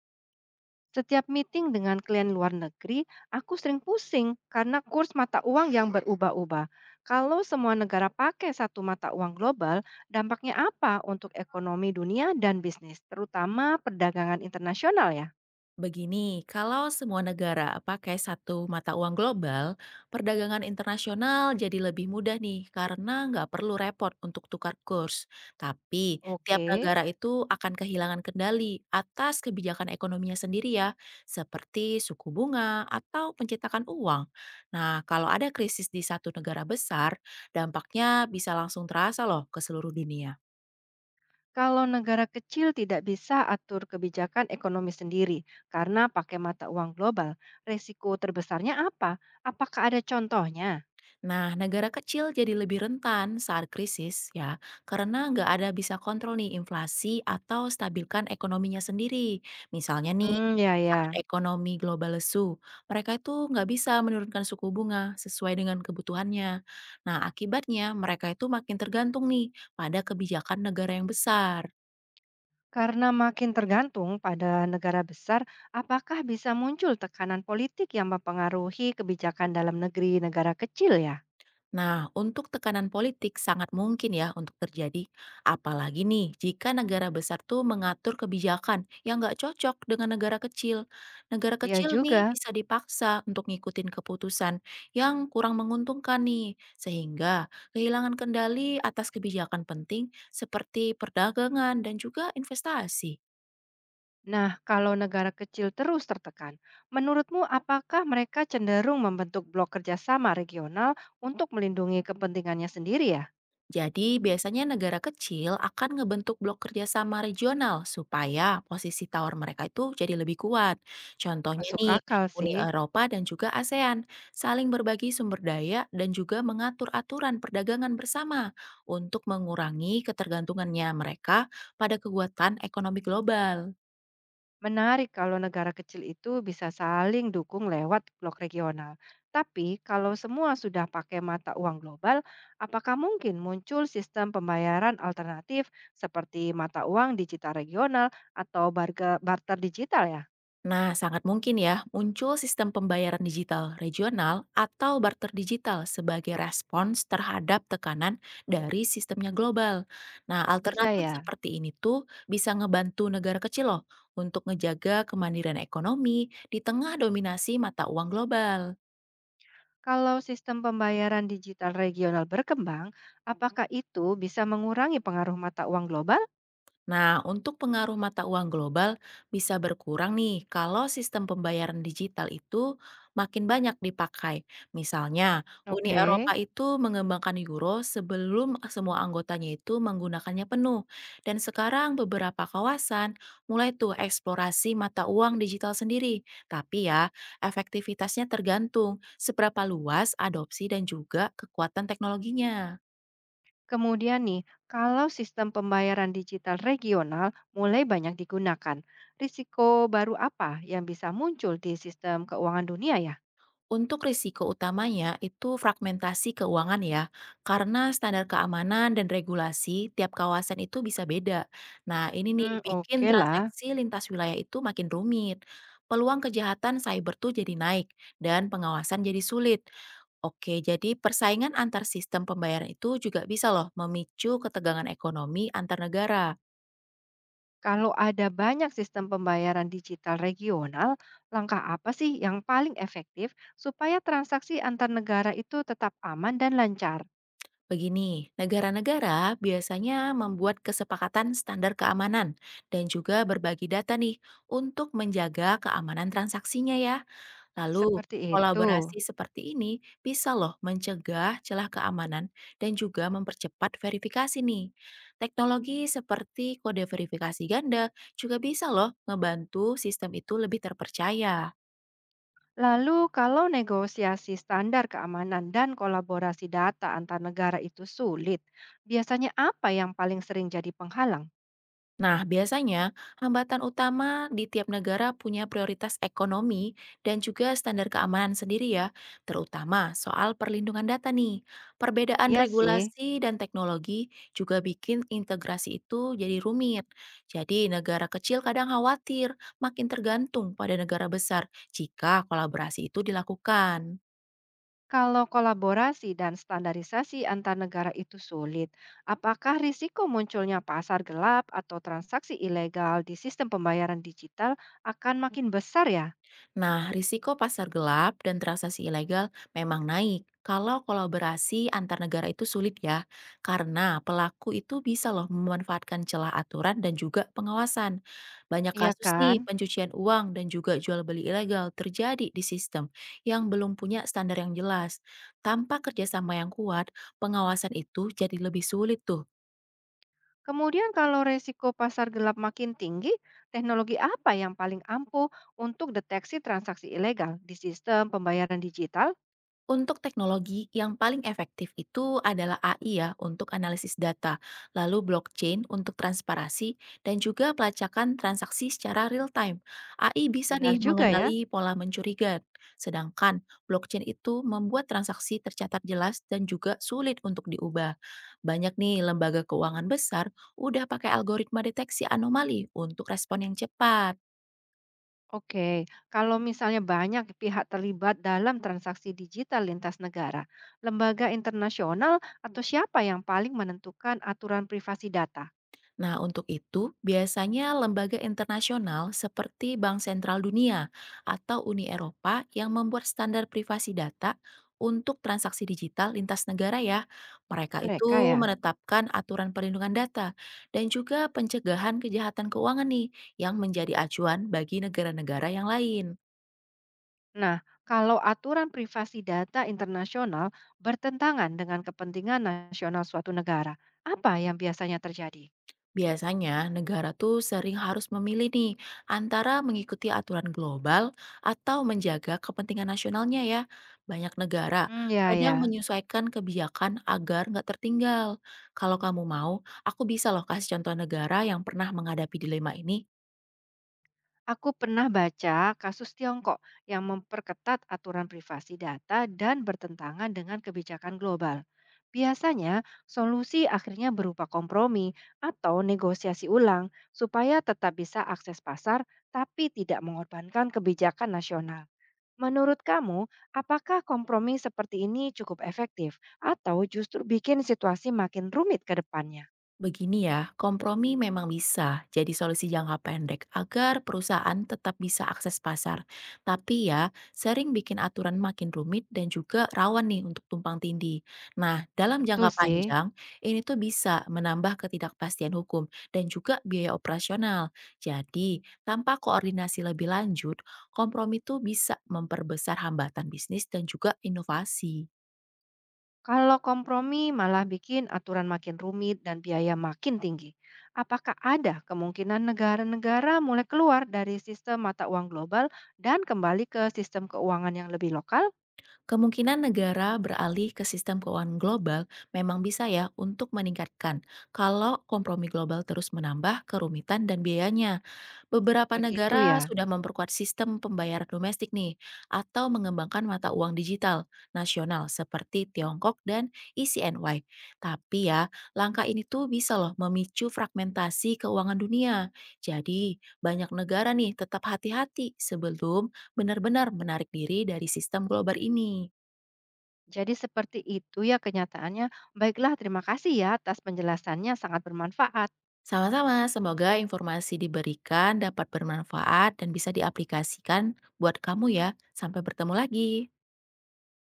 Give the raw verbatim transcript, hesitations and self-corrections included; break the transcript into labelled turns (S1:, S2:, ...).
S1: Setiap meeting dengan klien luar negeri, aku sering pusing karena kurs mata uang yang berubah-ubah. Kalau semua negara pakai satu mata uang global, dampaknya apa untuk ekonomi dunia dan bisnis, terutama perdagangan internasional ya?
S2: Begini, kalau semua negara pakai satu mata uang global, perdagangan internasional jadi lebih mudah nih karena nggak perlu repot untuk tukar kurs. Tapi tiap
S1: Oke,
S2: negara itu akan kehilangan kendali atas kebijakan ekonominya sendiri ya, seperti suku bunga atau pencetakan uang. Nah, kalau ada krisis di satu negara besar, dampaknya bisa langsung terasa loh ke seluruh dunia.
S1: kalau negara kecil tidak bisa atur kebijakan ekonomi sendiri karena pakai mata uang global, resiko terbesarnya apa? Apakah ada contohnya?
S2: Nah, negara kecil jadi lebih rentan saat krisis ya, karena nggak ada bisa kontrol nih inflasi atau stabilkan ekonominya sendiri. Misalnya nih,
S1: Hmm, ya,
S2: saat
S1: ya.
S2: ekonomi global lesu, mereka itu nggak bisa menurunkan suku bunga sesuai dengan kebutuhannya. Nah, akibatnya mereka itu makin tergantung nih pada kebijakan negara yang besar.
S1: Karena makin tergantung pada negara besar, apakah bisa muncul tekanan politik yang mempengaruhi kebijakan dalam negeri negara kecil ya?
S2: Nah, untuk tekanan politik sangat mungkin ya untuk terjadi. Apalagi nih, jika negara besar tuh mengatur kebijakan yang nggak cocok dengan negara kecil. Negara
S1: Iya
S2: kecil nih
S1: juga.
S2: bisa dipaksa untuk ngikutin keputusan yang kurang menguntungkan nih. Sehingga kehilangan kendali atas kebijakan penting seperti perdagangan dan juga investasi.
S1: Nah, kalau negara kecil terus tertekan, menurutmu apakah mereka cenderung membentuk blok kerjasama regional untuk melindungi kepentingannya sendiri ya?
S2: Jadi, biasanya negara kecil akan ngebentuk blok kerjasama regional supaya posisi tawar mereka itu jadi lebih kuat. Contohnya
S1: Masuk
S2: nih,
S1: akal
S2: Uni
S1: sih.
S2: Eropa dan juga ASEAN saling berbagi sumber daya dan juga mengatur aturan perdagangan bersama untuk mengurangi ketergantungannya mereka pada kekuatan ekonomi global.
S1: Menarik kalau negara kecil itu bisa saling dukung lewat blok regional. Tapi kalau semua sudah pakai mata uang global, apakah mungkin muncul sistem pembayaran alternatif seperti mata uang digital regional atau barga- barter digital ya?
S2: Nah, sangat mungkin ya muncul sistem pembayaran digital regional atau barter digital sebagai respons terhadap tekanan dari sistemnya global. Nah,
S1: Bisa
S2: alternatif
S1: ya.
S2: seperti ini tuh bisa ngebantu negara kecil loh untuk ngejaga kemandirian ekonomi di tengah dominasi mata uang global.
S1: Kalau sistem pembayaran digital regional berkembang, apakah itu bisa mengurangi pengaruh mata uang global?
S2: Nah, untuk pengaruh mata uang global bisa berkurang nih kalau sistem pembayaran digital itu makin banyak dipakai. Misalnya, Uni
S1: Oke.
S2: Eropa itu mengembangkan euro sebelum semua anggotanya itu menggunakannya penuh. Dan sekarang beberapa kawasan mulai tuh eksplorasi mata uang digital sendiri. Tapi ya, efektivitasnya tergantung seberapa luas adopsi dan juga kekuatan teknologinya.
S1: Kemudian nih, kalau sistem pembayaran digital regional mulai banyak digunakan, risiko baru apa yang bisa muncul di sistem keuangan dunia ya?
S2: Untuk risiko utamanya itu fragmentasi keuangan ya, karena standar keamanan dan regulasi tiap kawasan itu bisa beda. Nah, ini nih
S1: Hmm,
S2: bikin
S1: oke lah.
S2: transaksi lintas wilayah itu makin rumit. Peluang kejahatan cyber tuh jadi naik dan pengawasan jadi sulit. Oke, jadi persaingan antar sistem pembayaran itu juga bisa loh memicu ketegangan ekonomi antar negara.
S1: Kalau ada banyak sistem pembayaran digital regional, langkah apa sih yang paling efektif supaya transaksi antar negara itu tetap aman dan lancar?
S2: Begini, negara-negara biasanya membuat kesepakatan standar keamanan dan juga berbagi data nih untuk menjaga keamanan transaksinya ya. Lalu,
S1: Seperti itu.
S2: kolaborasi seperti ini bisa loh mencegah celah keamanan dan juga mempercepat verifikasi nih. Teknologi seperti kode verifikasi ganda juga bisa loh ngebantu sistem itu lebih terpercaya.
S1: Lalu kalau negosiasi standar keamanan dan kolaborasi data antar negara itu sulit, biasanya apa yang paling sering jadi penghalang?
S2: Nah, biasanya hambatan utama di tiap negara punya prioritas ekonomi dan juga standar keamanan sendiri ya, terutama soal perlindungan data nih. Perbedaan
S1: Ya sih,
S2: regulasi dan teknologi juga bikin integrasi itu jadi rumit. Jadi, negara kecil kadang khawatir makin tergantung pada negara besar jika kolaborasi itu dilakukan.
S1: kalau kolaborasi dan standarisasi antar negara itu sulit, apakah risiko munculnya pasar gelap atau transaksi ilegal di sistem pembayaran digital akan makin besar ya?
S2: Nah, risiko pasar gelap dan transaksi ilegal memang naik kalau kolaborasi antar negara itu sulit ya, karena pelaku itu bisa loh memanfaatkan celah aturan dan juga pengawasan. Banyak
S1: Iya
S2: kasus nih
S1: kan?
S2: pencucian uang dan juga jual beli ilegal terjadi di sistem yang belum punya standar yang jelas. Tanpa kerjasama yang kuat, pengawasan itu jadi lebih sulit tuh.
S1: Kemudian kalau resiko pasar gelap makin tinggi, teknologi apa yang paling ampuh untuk deteksi transaksi ilegal di sistem pembayaran digital?
S2: Untuk teknologi yang paling efektif itu adalah A I ya untuk analisis data, lalu blockchain untuk transparansi dan juga pelacakan transaksi secara real time. A I bisa nih
S1: Benar juga ya.
S2: mengenali pola mencurigakan, sedangkan blockchain itu membuat transaksi tercatat jelas dan juga sulit untuk diubah. Banyak nih lembaga keuangan besar udah pakai algoritma deteksi anomali untuk respon yang cepat.
S1: Oke, kalau misalnya banyak pihak terlibat dalam transaksi digital lintas negara, lembaga internasional atau siapa yang paling menentukan aturan privasi data?
S2: Nah, untuk itu, biasanya lembaga internasional seperti Bank Sentral Dunia atau Uni Eropa yang membuat standar privasi data untuk transaksi digital lintas negara ya. Mereka
S1: Mereka
S2: itu
S1: ya.
S2: menetapkan aturan perlindungan data dan juga pencegahan kejahatan keuangan nih yang menjadi acuan bagi negara-negara yang lain.
S1: Nah, kalau aturan privasi data internasional bertentangan dengan kepentingan nasional suatu negara, apa yang biasanya terjadi?
S2: Biasanya, negara tuh sering harus memilih nih antara mengikuti aturan global atau menjaga kepentingan nasionalnya ya. Banyak negara
S1: Mmm, ya, ya.
S2: kadang menyesuaikan kebijakan agar nggak tertinggal. Kalau kamu mau, aku bisa loh kasih contoh negara yang pernah menghadapi dilema ini.
S1: Aku pernah baca kasus Tiongkok yang memperketat aturan privasi data dan bertentangan dengan kebijakan global. Biasanya, solusi akhirnya berupa kompromi atau negosiasi ulang supaya tetap bisa akses pasar tapi tidak mengorbankan kebijakan nasional. Menurut kamu, apakah kompromi seperti ini cukup efektif atau justru bikin situasi makin rumit ke depannya?
S2: Begini ya, kompromi memang bisa jadi solusi jangka pendek agar perusahaan tetap bisa akses pasar. Tapi ya, sering bikin aturan makin rumit dan juga rawan nih untuk tumpang tindih. Nah, dalam
S1: Betul
S2: jangka
S1: sih.
S2: panjang, ini tuh bisa menambah ketidakpastian hukum dan juga biaya operasional. Jadi, tanpa koordinasi lebih lanjut, kompromi tuh bisa memperbesar hambatan bisnis dan juga inovasi.
S1: Kalau kompromi malah bikin aturan makin rumit dan biaya makin tinggi. Apakah ada kemungkinan negara-negara mulai keluar dari sistem mata uang global dan kembali ke sistem keuangan yang lebih lokal?
S2: Kemungkinan negara beralih ke sistem keuangan global memang bisa ya untuk meningkatkan kalau kompromi global terus menambah kerumitan dan biayanya. Beberapa
S1: Begitu ya.
S2: negara sudah memperkuat sistem pembayaran domestik nih atau mengembangkan mata uang digital nasional seperti Tiongkok dan E C N Y. Tapi ya, langkah ini tuh bisa loh memicu fragmentasi keuangan dunia. Jadi, banyak negara nih tetap hati-hati sebelum benar-benar menarik diri dari sistem global ini.
S1: Jadi seperti itu ya kenyataannya. Baiklah, terima kasih ya atas penjelasannya sangat bermanfaat.
S2: Sama-sama, semoga informasi diberikan dapat bermanfaat dan bisa diaplikasikan buat kamu ya. Sampai bertemu lagi.